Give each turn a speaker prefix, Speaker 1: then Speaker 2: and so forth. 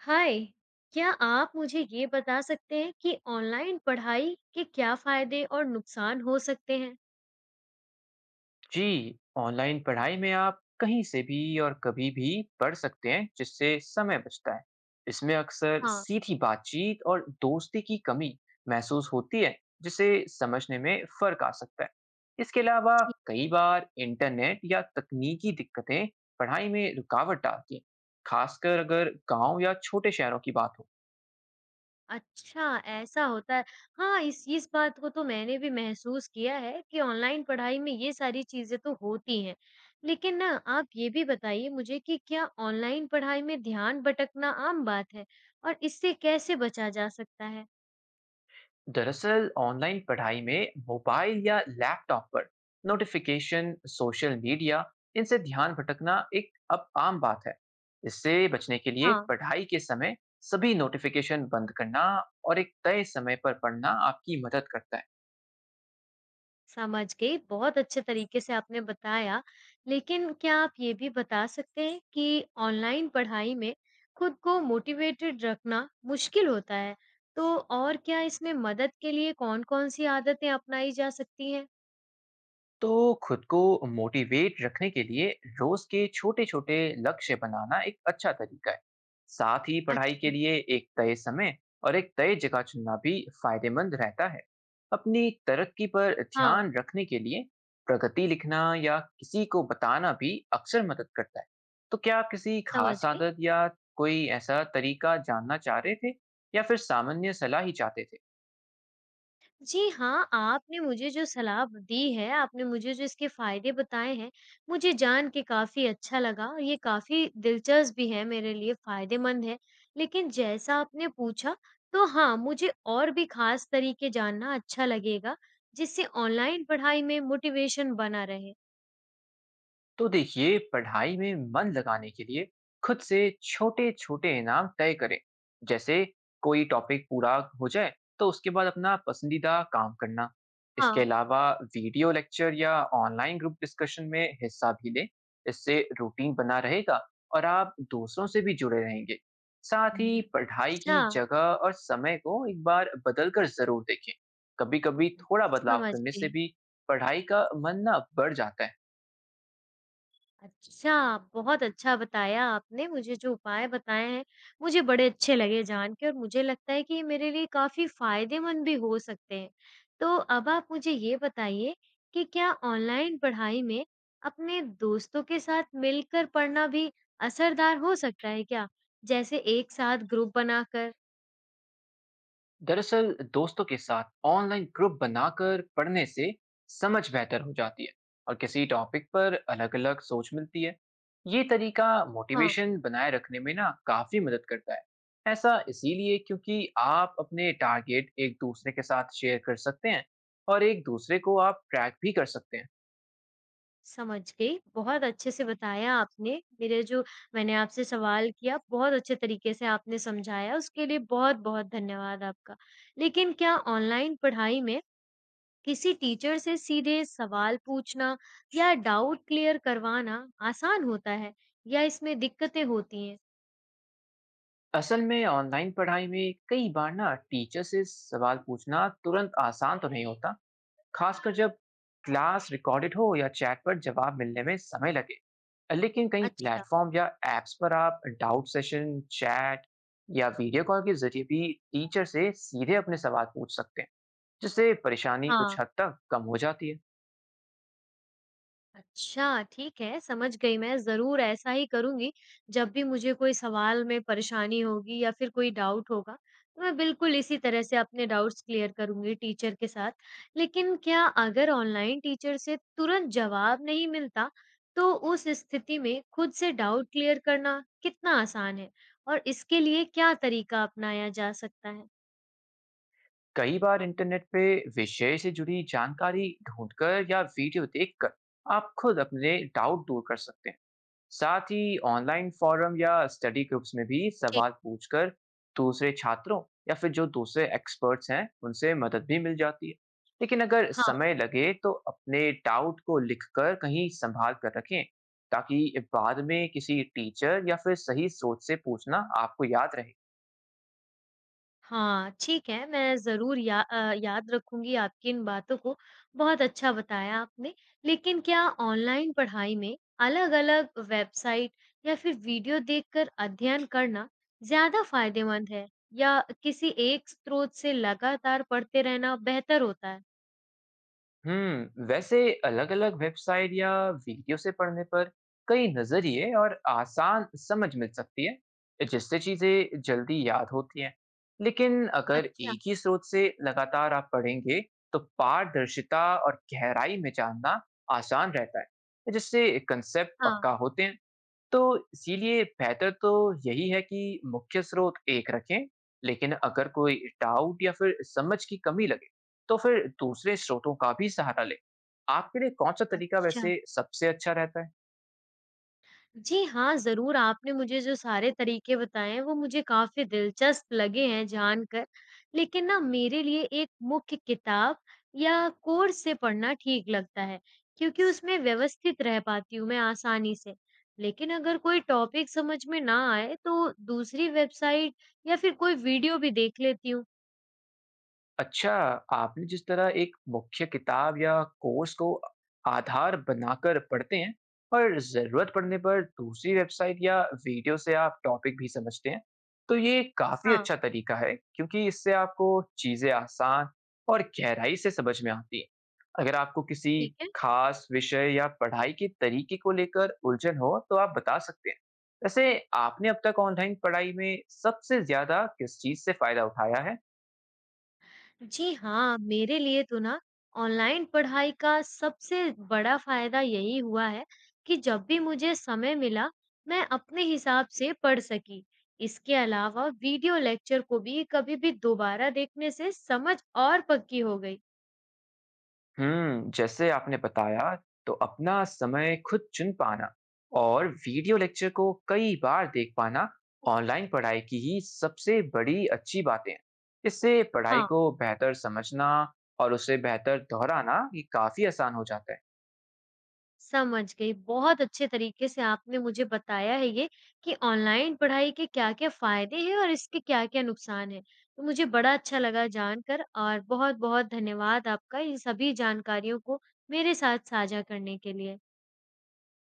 Speaker 1: हाय! क्या आप मुझे ये बता सकते हैं कि ऑनलाइन पढ़ाई के क्या फ़ायदे और नुकसान हो सकते हैं?
Speaker 2: जी, ऑनलाइन पढ़ाई में आप कहीं से भी और कभी भी पढ़ सकते हैं, जिससे समय बचता है। इसमें अक्सर
Speaker 1: हाँ,
Speaker 2: सीधी बातचीत और दोस्ती की कमी महसूस होती है, जिसे समझने में फ़र्क आ सकता है। इसके अलावा
Speaker 1: जी।
Speaker 2: कई बार इंटरनेट या तकनीकी दिक्कतें पढ़ाई में रुकावट डालती हैं, खासकर अगर गांव या छोटे शहरों की बात हो।
Speaker 1: अच्छा, ऐसा होता है। हाँ, इस बात को तो मैंने भी महसूस किया है कि ऑनलाइन पढ़ाई में ये सारी चीज़ें तो होती हैं। लेकिन ना आप ये भी बताइए मुझे कि क्या ऑनलाइन पढ़ाई में ध्यान भटकना आम बात है और इससे कैसे बचा जा सकता है?
Speaker 2: दरअसल ऑनलाइन पढ़ाई में मोबाइल या लैपटॉप पर नोटिफिकेशन, सोशल मीडिया, इनसे ध्यान भटकना एक अब आम बात है। इससे बचने के लिए
Speaker 1: हाँ,
Speaker 2: पढ़ाई के समय सभी नोटिफिकेशन बंद करना और एक तय समय पर पढ़ना आपकी मदद करता है।
Speaker 1: समझ गई। बहुत अच्छे तरीके से आपने बताया। लेकिन क्या आप ये भी बता सकते हैं कि ऑनलाइन पढ़ाई में खुद को मोटिवेटेड रखना मुश्किल होता है, तो और क्या इसमें मदद के लिए कौन-कौन सी आदतें अपनाई जा सकती हैं?
Speaker 2: तो खुद को मोटिवेट रखने के लिए रोज के छोटे छोटे लक्ष्य बनाना एक अच्छा तरीका है। साथ ही पढ़ाई के
Speaker 1: अच्छा,
Speaker 2: लिए एक तय समय और एक तय जगह चुनना भी फायदेमंद रहता है। अपनी तरक्की पर
Speaker 1: हाँ,
Speaker 2: ध्यान रखने के लिए प्रगति लिखना या किसी को बताना भी अक्सर मदद करता है। तो क्या आप किसी
Speaker 1: समझ
Speaker 2: खास
Speaker 1: गई।
Speaker 2: आदत या कोई ऐसा तरीका जानना चाह रहे थे, या फिर सामान्य सलाह ही चाहते थे?
Speaker 1: जी हाँ, आपने मुझे जो सलाह दी है, आपने मुझे जो इसके फ़ायदे बताए हैं, मुझे जान के काफ़ी अच्छा लगा। ये काफ़ी दिलचस्प भी है मेरे लिए, फ़ायदेमंद है। लेकिन जैसा आपने पूछा, तो हाँ, मुझे और भी ख़ास तरीके जानना अच्छा लगेगा, जिससे ऑनलाइन पढ़ाई में मोटिवेशन बना रहे।
Speaker 2: तो देखिए, पढ़ाई में मन लगाने के लिए खुद से छोटे छोटे इनाम तय करें। जैसे कोई टॉपिक पूरा हो जाए, तो उसके बाद अपना पसंदीदा काम करना। इसके
Speaker 1: हाँ।
Speaker 2: अलावा वीडियो लेक्चर या ऑनलाइन ग्रुप डिस्कशन में हिस्सा भी लें। इससे रूटीन बना रहेगा और आप दूसरों से भी जुड़े रहेंगे। साथ ही पढ़ाई
Speaker 1: अच्छा,
Speaker 2: की जगह और समय को एक बार बदल कर जरूर देखें। कभी कभी थोड़ा बदलाव
Speaker 1: समझ
Speaker 2: करने से
Speaker 1: गई।
Speaker 2: भी पढ़ाई का मन ना बढ़ जाता है।
Speaker 1: अच्छा, बहुत अच्छा बताया आपने। मुझे जो उपाय बताए हैं, मुझे बड़े अच्छे लगे जान के और मुझे लगता है कि ये मेरे लिए काफ़ी फ़ायदेमंद भी हो सकते हैं। तो अब आप मुझे ये बताइए कि क्या ऑनलाइन पढ़ाई में अपने दोस्तों के साथ मिलकर पढ़ना भी असरदार हो सकता है क्या? जैसे एक साथ ग्रुप बनाकर?
Speaker 2: दरअसल दोस्तों के साथ ऑनलाइन ग्रुप बनाकर पढ़ने से समझ बेहतर हो जाती है और किसी टॉपिक पर अलग अलग सोच मिलती है। ये तरीका
Speaker 1: हाँ।
Speaker 2: मोटिवेशन बनाए रखने में ना काफी मदद करता है। ऐसा इसीलिए क्योंकि आप अपने टारगेट एक दूसरे के साथ शेयर कर सकते हैं और एक दूसरे को आप ट्रैक भी कर सकते हैं।
Speaker 1: समझ गई। बहुत अच्छे से बताया आपने। मेरे जो मैंने आपसे सवाल किया, बहुत अच्छे तरीके से आपने समझाया, उसके लिए बहुत-बहुत धन्यवाद आपका। लेकिन क्या ऑनलाइन पढ़ाई में किसी टीचर से सीधे सवाल पूछना या डाउट क्लियर करवाना आसान होता है या इसमें दिक्कतें होती हैं?
Speaker 2: असल में ऑनलाइन पढ़ाई में कई बार ना टीचर से सवाल पूछना तुरंत आसान तो नहीं होता, खासकर जब क्लास रिकॉर्डेड हो या चैट पर जवाब मिलने में समय लगे। लेकिन कई
Speaker 1: अच्छा,
Speaker 2: प्लेटफॉर्म या एप्स पर आप डाउट सेशन, चैट या वीडियो कॉल के जरिए भी टीचर से सीधे अपने सवाल पूछ सकते हैं, जिससे परेशानी कुछ
Speaker 1: हाँ।
Speaker 2: हद तक कम हो जाती है।
Speaker 1: अच्छा, ठीक है, समझ गई मैं, ज़रूर ऐसा ही करूँगी। जब भी मुझे कोई सवाल में परेशानी होगी या फिर कोई डाउट होगा, तो मैं बिल्कुल इसी तरह से अपने डाउट्स क्लियर करूँगी टीचर के साथ। लेकिन क्या अगर ऑनलाइन टीचर से तुरंत जवाब नहीं मिलता, तो उस स्थिति में खुद से डाउट क्लियर करना कितना आसान है? और इसके लिए क्या तरीका अपनाया जा सकता है?
Speaker 2: कई बार इंटरनेट पे विषय से जुड़ी जानकारी ढूंढकर या वीडियो देखकर आप खुद अपने डाउट दूर कर सकते हैं। साथ ही ऑनलाइन फोरम या स्टडी ग्रुप्स में भी
Speaker 1: जी।
Speaker 2: सवाल पूछकर दूसरे छात्रों या फिर जो दूसरे एक्सपर्ट्स हैं उनसे मदद भी मिल जाती है। लेकिन अगर
Speaker 1: हाँ।
Speaker 2: समय लगे तो अपने डाउट को लिखकर कहीं संभाल कर रखें, ताकि बाद में किसी टीचर या फिर सही सोच से पूछना आपको याद रहे।
Speaker 1: हाँ, ठीक है, मैं ज़रूर याद रखूँगी आपकी इन बातों को, बहुत अच्छा बताया आपने। लेकिन क्या ऑनलाइन पढ़ाई में अलग-अलग वेबसाइट या फिर वीडियो देखकर अध्ययन करना ज़्यादा फ़ायदेमंद है या किसी एक स्रोत से लगातार पढ़ते रहना बेहतर होता है?
Speaker 2: हम्म, वैसे अलग-अलग वेबसाइट या वीडियो से पढ़ने पर कई नजरिए और आसान समझ मिल सकती है, जिससे चीजें जल्दी याद होती हैं। लेकिन अगर
Speaker 1: अच्छा।
Speaker 2: एक ही स्रोत से लगातार आप पढ़ेंगे, तो पारदर्शिता और गहराई में जानना आसान रहता है, जिससे कंसेप्ट
Speaker 1: हाँ,
Speaker 2: पक्का होते हैं। तो इसीलिए बेहतर तो यही है कि मुख्य स्रोत एक रखें, लेकिन अगर कोई डाउट या फिर समझ की कमी लगे, तो फिर दूसरे स्रोतों का भी सहारा लें। आपके लिए कौन सा तरीका
Speaker 1: अच्छा।
Speaker 2: वैसे सबसे अच्छा रहता है?
Speaker 1: जी हाँ, ज़रूर आपने मुझे जो सारे तरीके बताए हैं वो मुझे काफ़ी दिलचस्प लगे हैं जानकर। लेकिन ना मेरे लिए एक मुख्य किताब या कोर्स से पढ़ना ठीक लगता है, क्योंकि उसमें व्यवस्थित रह पाती हूँ मैं आसानी से। लेकिन अगर कोई टॉपिक समझ में ना आए तो दूसरी वेबसाइट या फिर कोई वीडियो भी देख लेती हूँ।
Speaker 2: अच्छा, आपने जिस तरह एक मुख्य किताब या कोर्स को आधार बनाकर पढ़ते हैं और ज़रूरत पड़ने पर दूसरी वेबसाइट या वीडियो से आप टॉपिक भी समझते हैं, तो ये काफ़ी
Speaker 1: हाँ,
Speaker 2: अच्छा तरीका है, क्योंकि इससे आपको चीज़ें आसान और गहराई से समझ में आती हैं। अगर आपको किसी
Speaker 1: ठीक है।
Speaker 2: खास विषय या पढ़ाई के तरीके को लेकर उलझन हो, तो आप बता सकते हैं। वैसे आपने अब तक ऑनलाइन पढ़ाई में सबसे ज़्यादा किस चीज़ से फ़ायदा उठाया है?
Speaker 1: जी हाँ, मेरे लिए तो ना ऑनलाइन पढ़ाई का सबसे बड़ा फायदा यही हुआ है कि जब भी मुझे समय मिला, मैं अपने हिसाब से पढ़ सकी। इसके अलावा वीडियो लेक्चर को भी कभी भी दोबारा देखने से समझ और पक्की हो गई।
Speaker 2: जैसे आपने बताया, तो अपना समय खुद चुन पाना और वीडियो लेक्चर को कई बार देख पाना ऑनलाइन पढ़ाई की ही सबसे बड़ी अच्छी बातें हैं। इससे पढ़ाई
Speaker 1: हाँ,
Speaker 2: को बेहतर समझना और उसे बेहतर दोहराना ये काफी आसान हो जाता है।
Speaker 1: समझ गई। बहुत अच्छे तरीके से आपने मुझे बताया है ये कि ऑनलाइन पढ़ाई के क्या-क्या फ़ायदे हैं और इसके क्या-क्या नुकसान हैं। तो मुझे बड़ा अच्छा लगा जानकर और बहुत-बहुत धन्यवाद आपका इन सभी जानकारियों को मेरे साथ साझा करने के लिए।